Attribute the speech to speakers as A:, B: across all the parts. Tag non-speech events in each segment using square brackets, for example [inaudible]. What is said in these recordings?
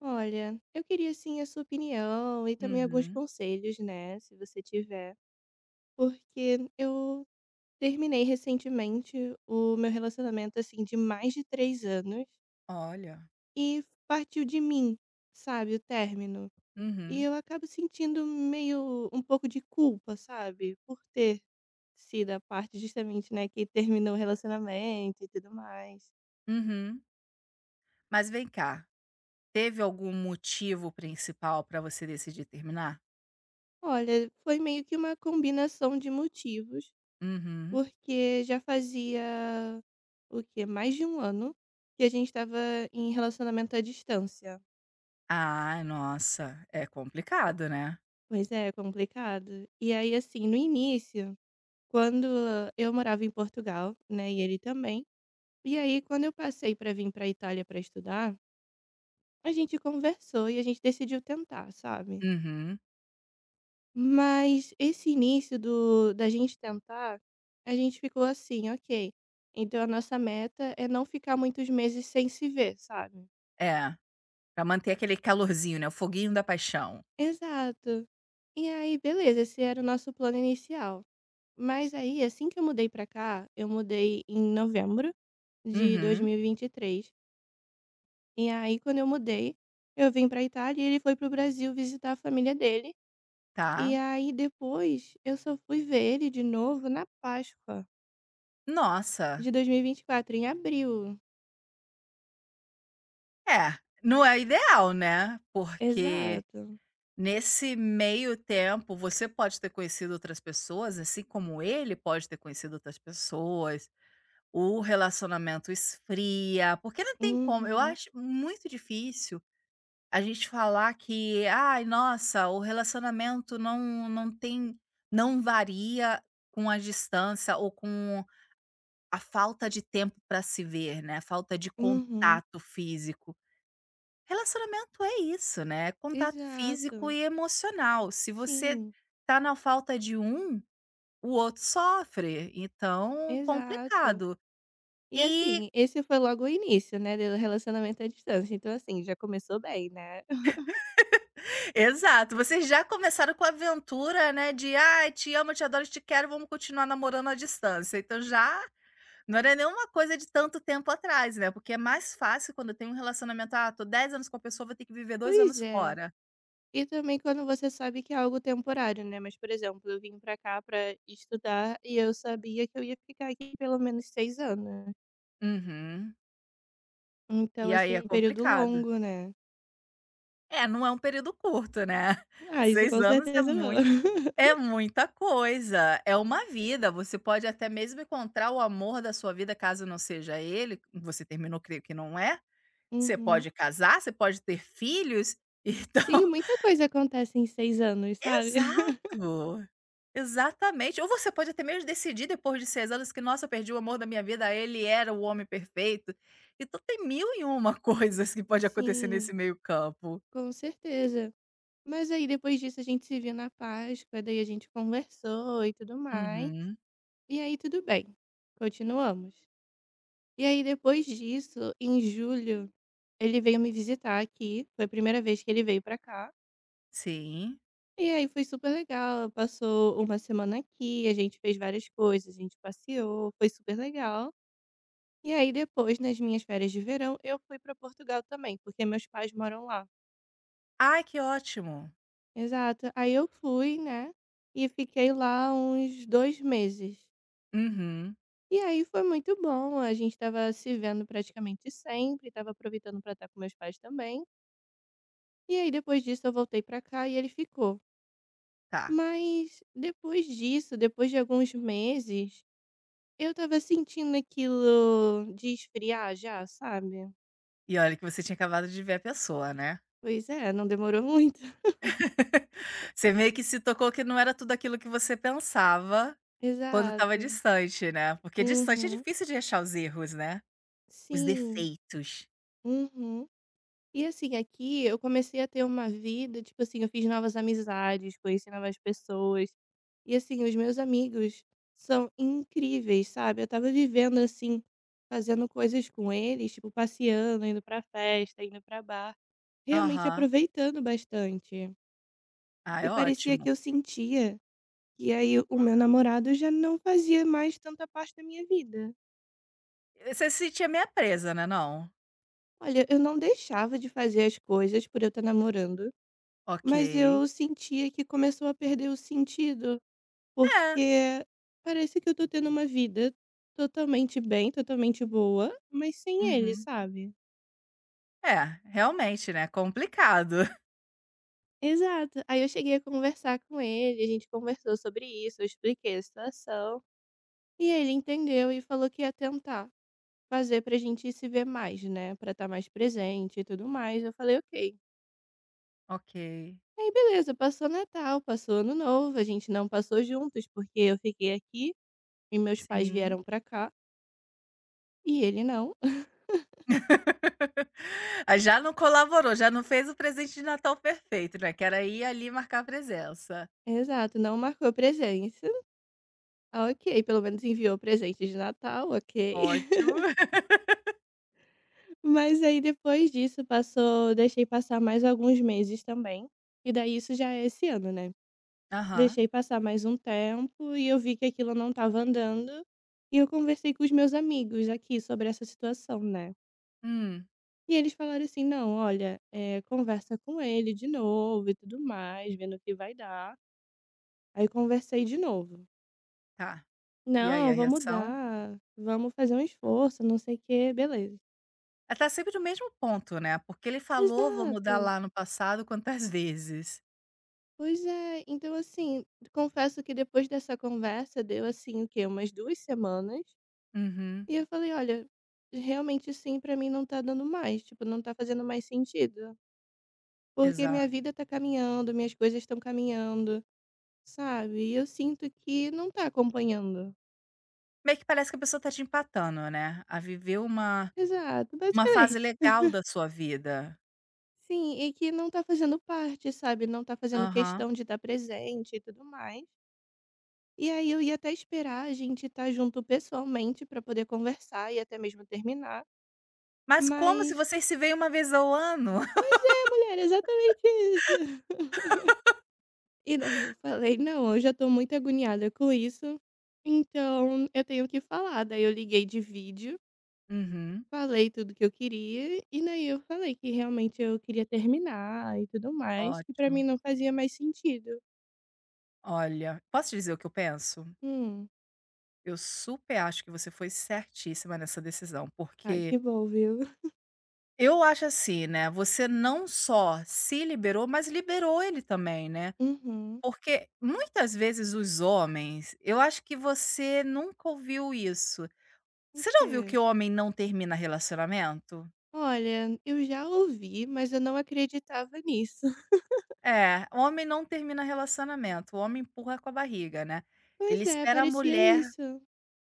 A: Olha, eu queria sim a sua opinião e também alguns
B: Uhum.
A: conselhos, né, se você tiver, porque eu terminei recentemente o meu relacionamento assim de mais de 3 anos
B: Olha.
A: e partiu de mim, sabe, o término. E
B: Uhum,
A: eu acabo sentindo meio um pouco de culpa, sabe, por ter sido a parte justamente, né, que terminou o relacionamento e tudo mais.
B: uhum. Mas vem cá, teve algum motivo principal para você decidir terminar?
A: Olha, foi meio que uma combinação de motivos.
B: Uhum.
A: Porque já fazia o quê? Mais de 1 ano que a gente estava em relacionamento à distância.
B: Ah, nossa, é complicado, né.
A: Pois é, é complicado. E aí, assim, no início, quando eu morava em Portugal, né, e ele também. E aí, quando eu passei pra vim pra Itália para estudar, a gente conversou e a gente decidiu tentar, sabe.
B: Uhum.
A: Mas esse início do da gente tentar, a gente ficou assim: "Ok, então a nossa meta é não ficar muitos meses sem se ver", sabe.
B: É, pra manter aquele calorzinho, né, o foguinho da paixão.
A: Exato. E aí, beleza, esse era o nosso plano inicial. Mas aí, assim que eu mudei pra cá, eu mudei em novembro de
B: Uhum,
A: 2023. E vinte e três. E aí, quando eu mudei, eu vim pra Itália e ele foi pro Brasil visitar a família dele. E
B: tá.
A: aí, depois, eu só fui ver ele de novo na Páscoa
B: Nossa,
A: de 2024, em abril.
B: é, não é ideal, né, porque
A: Exato.
B: nesse meio tempo você pode ter conhecido outras pessoas, assim como ele pode ter conhecido outras pessoas. O relacionamento esfria, porque não tem como eu
A: Uhum,
B: acho muito difícil a gente falar que: "Ai, nossa, o relacionamento não não tem não varia com a distância ou com a falta de tempo para se ver, né, falta de
A: uhum.
B: contato físico". Relacionamento é isso, né, é contato físico
A: Exato.
B: e emocional. Se você
A: Sim,
B: tá na falta de um, o outro sofre, então
A: exato.
B: complicado.
A: E
B: E
A: assim, esse foi logo o início, né, do relacionamento à distância, então assim, já começou bem, né. [laughs]
B: Exato, vocês já começaram com a aventura, né, de: "Ai, te amo, te adoro, te quero, vamos continuar namorando à distância". Então já não era nenhuma coisa de tanto tempo atrás, né, porque é mais fácil quando tem um relacionamento: "Ah, tô 10 anos com a pessoa, vou ter que viver dois
A: Pois
B: anos
A: é.
B: fora".
A: E também quando você sabe que é algo temporário, né, mas, por exemplo, eu vim pra cá pra estudar e eu sabia que eu ia ficar aqui pelo menos 6 anos.
B: Uhum.
A: Então
B: E aí é
A: assim, um período
B: complicado.
A: longo, né.
B: É, não é um período curto, né. [laughs]
A: Ah, isso
B: 6
A: com
B: anos é
A: certeza não.
B: muito,
A: [laughs]
B: é muita coisa, é uma vida, você pode até mesmo encontrar o amor da sua vida, caso não seja ele, você terminou, creio que não é, Você
A: Uhum.
B: pode casar, você pode ter filhos, então
A: Sim, muita coisa acontece em 6 anos,
B: [laughs]
A: sabe. [laughs]
B: exato, exatamente. Ou você pode até mesmo decidir depois de 6 anos que: "Nossa, eu perdi o amor da minha vida, ele era o homem perfeito". Então tem 1001 [laughs] coisas que pode acontecer nesse
A: Sim,
B: meio campo.
A: com certeza. Mas aí depois disso a gente se viu na Páscoa, daí a gente conversou e tudo mais.
B: Uhum,
A: E aí tudo bem, continuamos. E aí depois disso, em julho, ele veio me visitar aqui, foi a primeira vez que ele veio pra cá,
B: sim.
A: e aí foi super legal, passou uma semana aqui, a gente fez várias coisas, a gente passeou, foi super legal. E aí depois, nas minhas férias de verão, eu fui pra Portugal também, porque meus pais moram lá.
B: Ai, que ótimo.
A: Exato, aí eu fui, né, e fiquei lá uns 2 meses.
B: Uhum,
A: E aí foi muito bom, a gente estava se vendo praticamente sempre, estava aproveitando para estar com meus pais também. E aí depois disso eu voltei para cá e ele ficou.
B: tá.
A: Mas depois disso, depois de alguns meses, eu estava sentindo aquilo de esfriar já, sabe?
B: E olha que você tinha acabado de ver a pessoa, né.
A: Pois é, não demorou muito. [laughs]
B: [laughs] Você meio que se tocou que não era tudo aquilo que você pensava. Quando estava
A: Exato.
B: distante, né, porque distante é
A: Uhum.
B: difícil de achar os erros, né, os
A: Sim.
B: defeitos.
A: Uhum. E assim, aqui eu comecei a ter uma vida, tipo assim, eu fiz novas amizades, conheci novas pessoas. E assim, os meus amigos são incríveis, sabe? Eu tava vivendo assim, fazendo coisas com eles, tipo passeando, indo pra festa, indo pra bar, realmente
B: Aham.
A: aproveitando bastante.
B: Ah,
A: E
B: é
A: parecia
B: ótimo.
A: que eu sentia que aí o meu namorado já não fazia mais tanta parte da minha vida.
B: Você se sentia meia presa, né, não?
A: Olha, eu não deixava de fazer as coisas por eu estar namorando.
B: Ok.
A: Mas eu sentia que começou a perder o sentido,
B: É.
A: porque parece que eu tô tendo uma vida totalmente bem, totalmente boa, mas sem ele,
B: Uhum.
A: sabe?
B: É, realmente, né, complicado. [laughs]
A: Exato. Aí eu cheguei a conversar com ele, a gente conversou sobre isso, eu expliquei a situação. E ele entendeu e falou que ia tentar fazer pra gente se ver mais, né? Pra estar mais presente e tudo mais. Eu falei, ok.
B: Ok,
A: Aí beleza, passou Natal, passou Ano Novo, a gente não passou juntos, porque eu fiquei aqui e meus pais
B: sim.
A: vieram pra cá. E ele não. [laughs]
B: [laughs] Ah, já não colaborou, já não fez o presente de Natal perfeito, né, que era ir ali e marcar a presença.
A: Exato, não marcou presença. Ah, ok, pelo menos enviou presente de Natal, ok. [laughs]
B: Ótimo.
A: Mas aí depois disso passou, deixei passar mais alguns meses também, e daí isso já é esse ano, né.
B: Aham.
A: Deixei passar mais um tempo e eu vi que aquilo não estava andando, e eu conversei com os meus amigos aqui sobre essa situação, né.
B: Hum,
A: E eles falaram assim: "Não, olha, conversa com ele de novo e tudo mais, vendo o que vai dar". Aí conversei de novo.
B: tá. E aí
A: Não,
B: a
A: vamos
B: reação?
A: mudar, vamos fazer um esforço, não sei o quê, beleza.
B: Ela tá sempre no mesmo ponto, né, porque ele falou: "Vou mudar
A: Exato.
B: lá no passado quantas vezes".
A: Pois é, então assim, confesso que depois dessa conversa deu assim o quê? Umas 2 semanas,
B: Uhum,
A: e eu falei: "Olha, realmente sim, pra mim não tá dando mais, tipo, não tá fazendo mais sentido, porque
B: exato.
A: minha vida tá caminhando, minhas coisas estão caminhando, sabe, e eu sinto que não tá acompanhando".
B: Meio que parece que a pessoa tá te empatando, né, a viver uma
A: Exato,
B: uma fase
A: basicamente.
B: legal da sua vida.
A: Sim, e que não tá fazendo parte, sabe, não tá fazendo
B: Aham.
A: questão de estar presente e tudo mais. E aí eu ia até esperar a gente estar junto pessoalmente pra poder conversar e até mesmo terminar,
B: Mas como se
A: mas
B: vocês se veem uma vez ao ano? [laughs]
A: pois é, mulher, exatamente isso. [laughs] E daí eu falei: "Não, eu já tô muito agoniada com isso, então eu tenho que falar". Daí eu liguei de vídeo,
B: Uhum,
A: falei tudo que eu queria, e daí eu falei que realmente eu queria terminar e tudo mais, que pra mim
B: ótimo.
A: não fazia mais sentido.
B: Olha, posso dizer o que eu penso?
A: Hum.
B: Eu super acho que você foi certíssima nessa decisão,
A: Ai,
B: porque
A: que bom, viu?
B: eu acho assim, né, você não só se liberou, mas liberou ele também, né.
A: Uhum.
B: Porque muitas vezes os homens eu acho que você nunca ouviu isso.
A: O
B: Você já ouviu que
A: quê?
B: o homem não termina relacionamento?
A: Olha, eu já ouvi, mas eu não acreditava nisso. [laughs]
B: É, o homem não termina relacionamento, o homem empurra com a barriga, né. Ele
A: Pois é,
B: espera a
A: parecia
B: mulher
A: isso.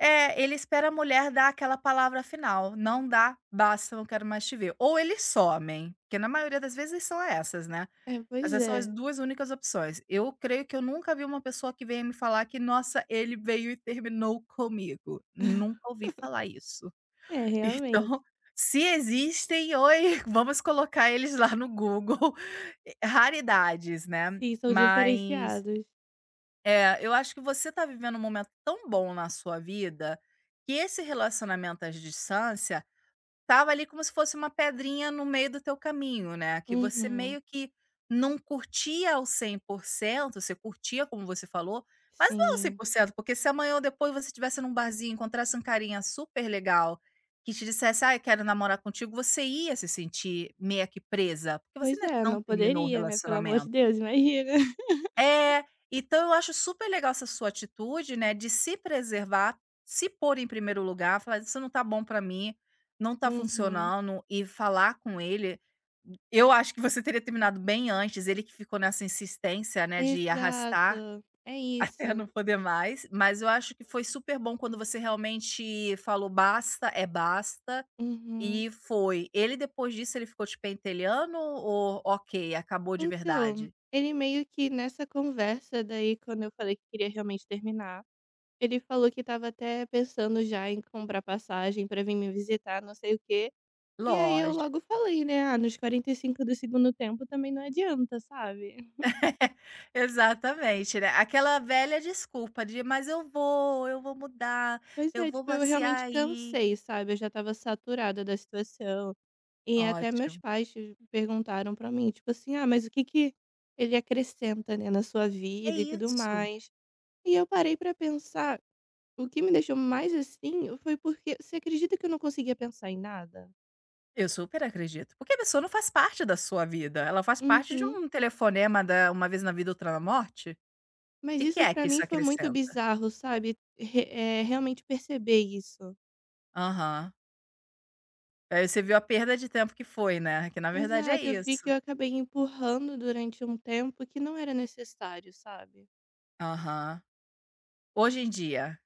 B: É, ele espera a mulher dar aquela palavra final, não dá, basta, não quero mais te ver. Ou eles somem, porque na maioria das vezes são essas, né.
A: É, pois
B: Essas são as
A: é.
B: 2 únicas opções. Eu creio que eu nunca vi uma pessoa que venha me falar que: "Nossa, ele veio e terminou comigo". Nunca
A: [laughs]
B: ouvi falar isso.
A: É,
B: [laughs]
A: realmente.
B: Então, se existem, oi, vamos colocar eles lá no Google, [laughs] raridades, né.
A: Sim, são
B: Mas
A: diferenciados.
B: é, eu acho que você tá vivendo um momento tão bom na sua vida, que esse relacionamento à distância estava ali como se fosse uma pedrinha no meio do teu caminho, né, que você
A: Uhum.
B: meio que não curtia ao 100%. Você curtia como você falou, mas não ao cem
A: Sim.
B: por cento, porque se amanhã ou depois você estivesse num barzinho, encontrasse um carinha super legal, que te dissesse: "Ai, quero namorar contigo", você ia se sentir meio que presa, porque você
A: Pois
B: ainda
A: é,
B: não
A: não
B: terminou o
A: poderia, né? Pelo amor de
B: relacionamento.
A: Deus, imagina. [laughs]
B: É, então eu acho super legal essa sua atitude, né, de se preservar, se pôr em primeiro lugar, falar: "Isso não tá bom pra mim, não tá
A: Uhum.
B: funcionando", e falar com ele. Eu acho que você teria terminado bem antes, ele que ficou nessa insistência, né, de arrastar
A: Exato. É
B: [laughs] até não
A: isso.
B: poder mais, mas eu acho que foi super bom quando você realmente falou: "Basta, é basta",
A: Uhum.
B: e foi. Ele depois disso ele ficou te pentelhando ou ok, acabou de
A: Então,
B: verdade?
A: ele meio que nessa conversa daí, quando eu falei que queria realmente terminar, ele falou que estava até pensando já em comprar passagem para vir me visitar, não sei o quê. E aí eu
B: Lógico.
A: logo falei, né: "Ah, nos 45 do segundo tempo também não adianta, sabe?".
B: [laughs] Exatamente, né. Aquela velha desculpa de: "Mas eu vou mudar,
A: Pois
B: eu
A: é,
B: vou
A: tipo, eu realmente
B: passear aí".
A: cansei, sabe, eu já estava saturada da situação. E até meus
B: Ótimo.
A: pais perguntaram pra mim, tipo assim: "Ah, mas o que que ele acrescenta, né, na sua
B: É
A: vida e tudo
B: isso.
A: mais?". E eu parei pra pensar, o que me deixou mais assim foi porque você acredita que eu não conseguia pensar em nada?
B: Eu super acredito, porque a pessoa não faz parte da sua vida, ela faz parte de
A: Uhum.
B: um telefonema da "uma vez na vida, outra na morte". O
A: Mas
B: que que
A: isso
B: é que
A: pra mim
B: isso
A: foi muito
B: acrescenta?
A: bizarro, sabe, realmente perceber isso.
B: Aham. Aí você viu a perda de tempo que foi, né, que na verdade é
A: Exato, eu vi
B: isso.
A: que eu acabei empurrando durante um tempo que não era necessário, sabe.
B: Aham. Hoje em dia,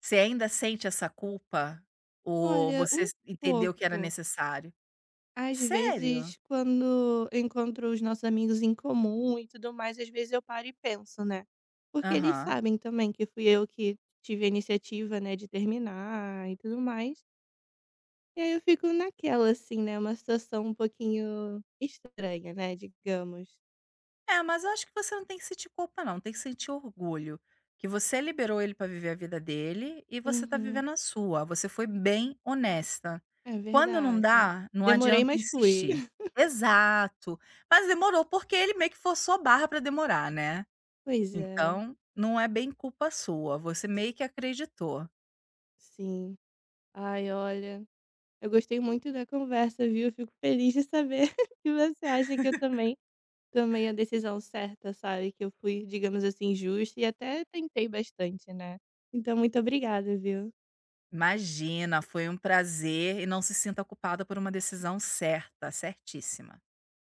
B: você ainda sente essa culpa ou
A: Olha,
B: você
A: um
B: s entendeu que era
A: pouco.
B: necessário?
A: Às
B: Sério?
A: vezes, quando eu encontro os nossos amigos em comum e tudo mais, às vezes eu paro e penso, né, porque eles
B: Aham.
A: sabem também que fui eu que tive a iniciativa, né, de terminar e tudo mais. E aí eu fico naquela, assim, né, uma situação um pouquinho estranha, né, digamos.
B: É, mas eu acho que você não tem que sentir culpa não, tem que sentir orgulho, que você liberou ele para viver a vida dele e você tá
A: Uhum.
B: vivendo a sua, você foi bem honesta.
A: É
B: Quando não
A: verdade.
B: dá, não
A: Demorei,
B: adianta
A: mas fui.
B: insistir.
A: [laughs]
B: Exato. Mas demorou, porque ele meio que forçou a barra para demorar, né.
A: Pois é,
B: Então, não é bem culpa sua, você meio que acreditou.
A: sim. Ai, olha, eu gostei muito da conversa, viu? Eu fico feliz de saber [laughs] que você acha que eu também tomei a decisão certa, sabe? Que eu fui, digamos assim, justa e até tentei bastante, né? Então, muito obrigada, viu?
B: Imagina, foi um prazer e não se sinta culpada por uma decisão certa, certíssima.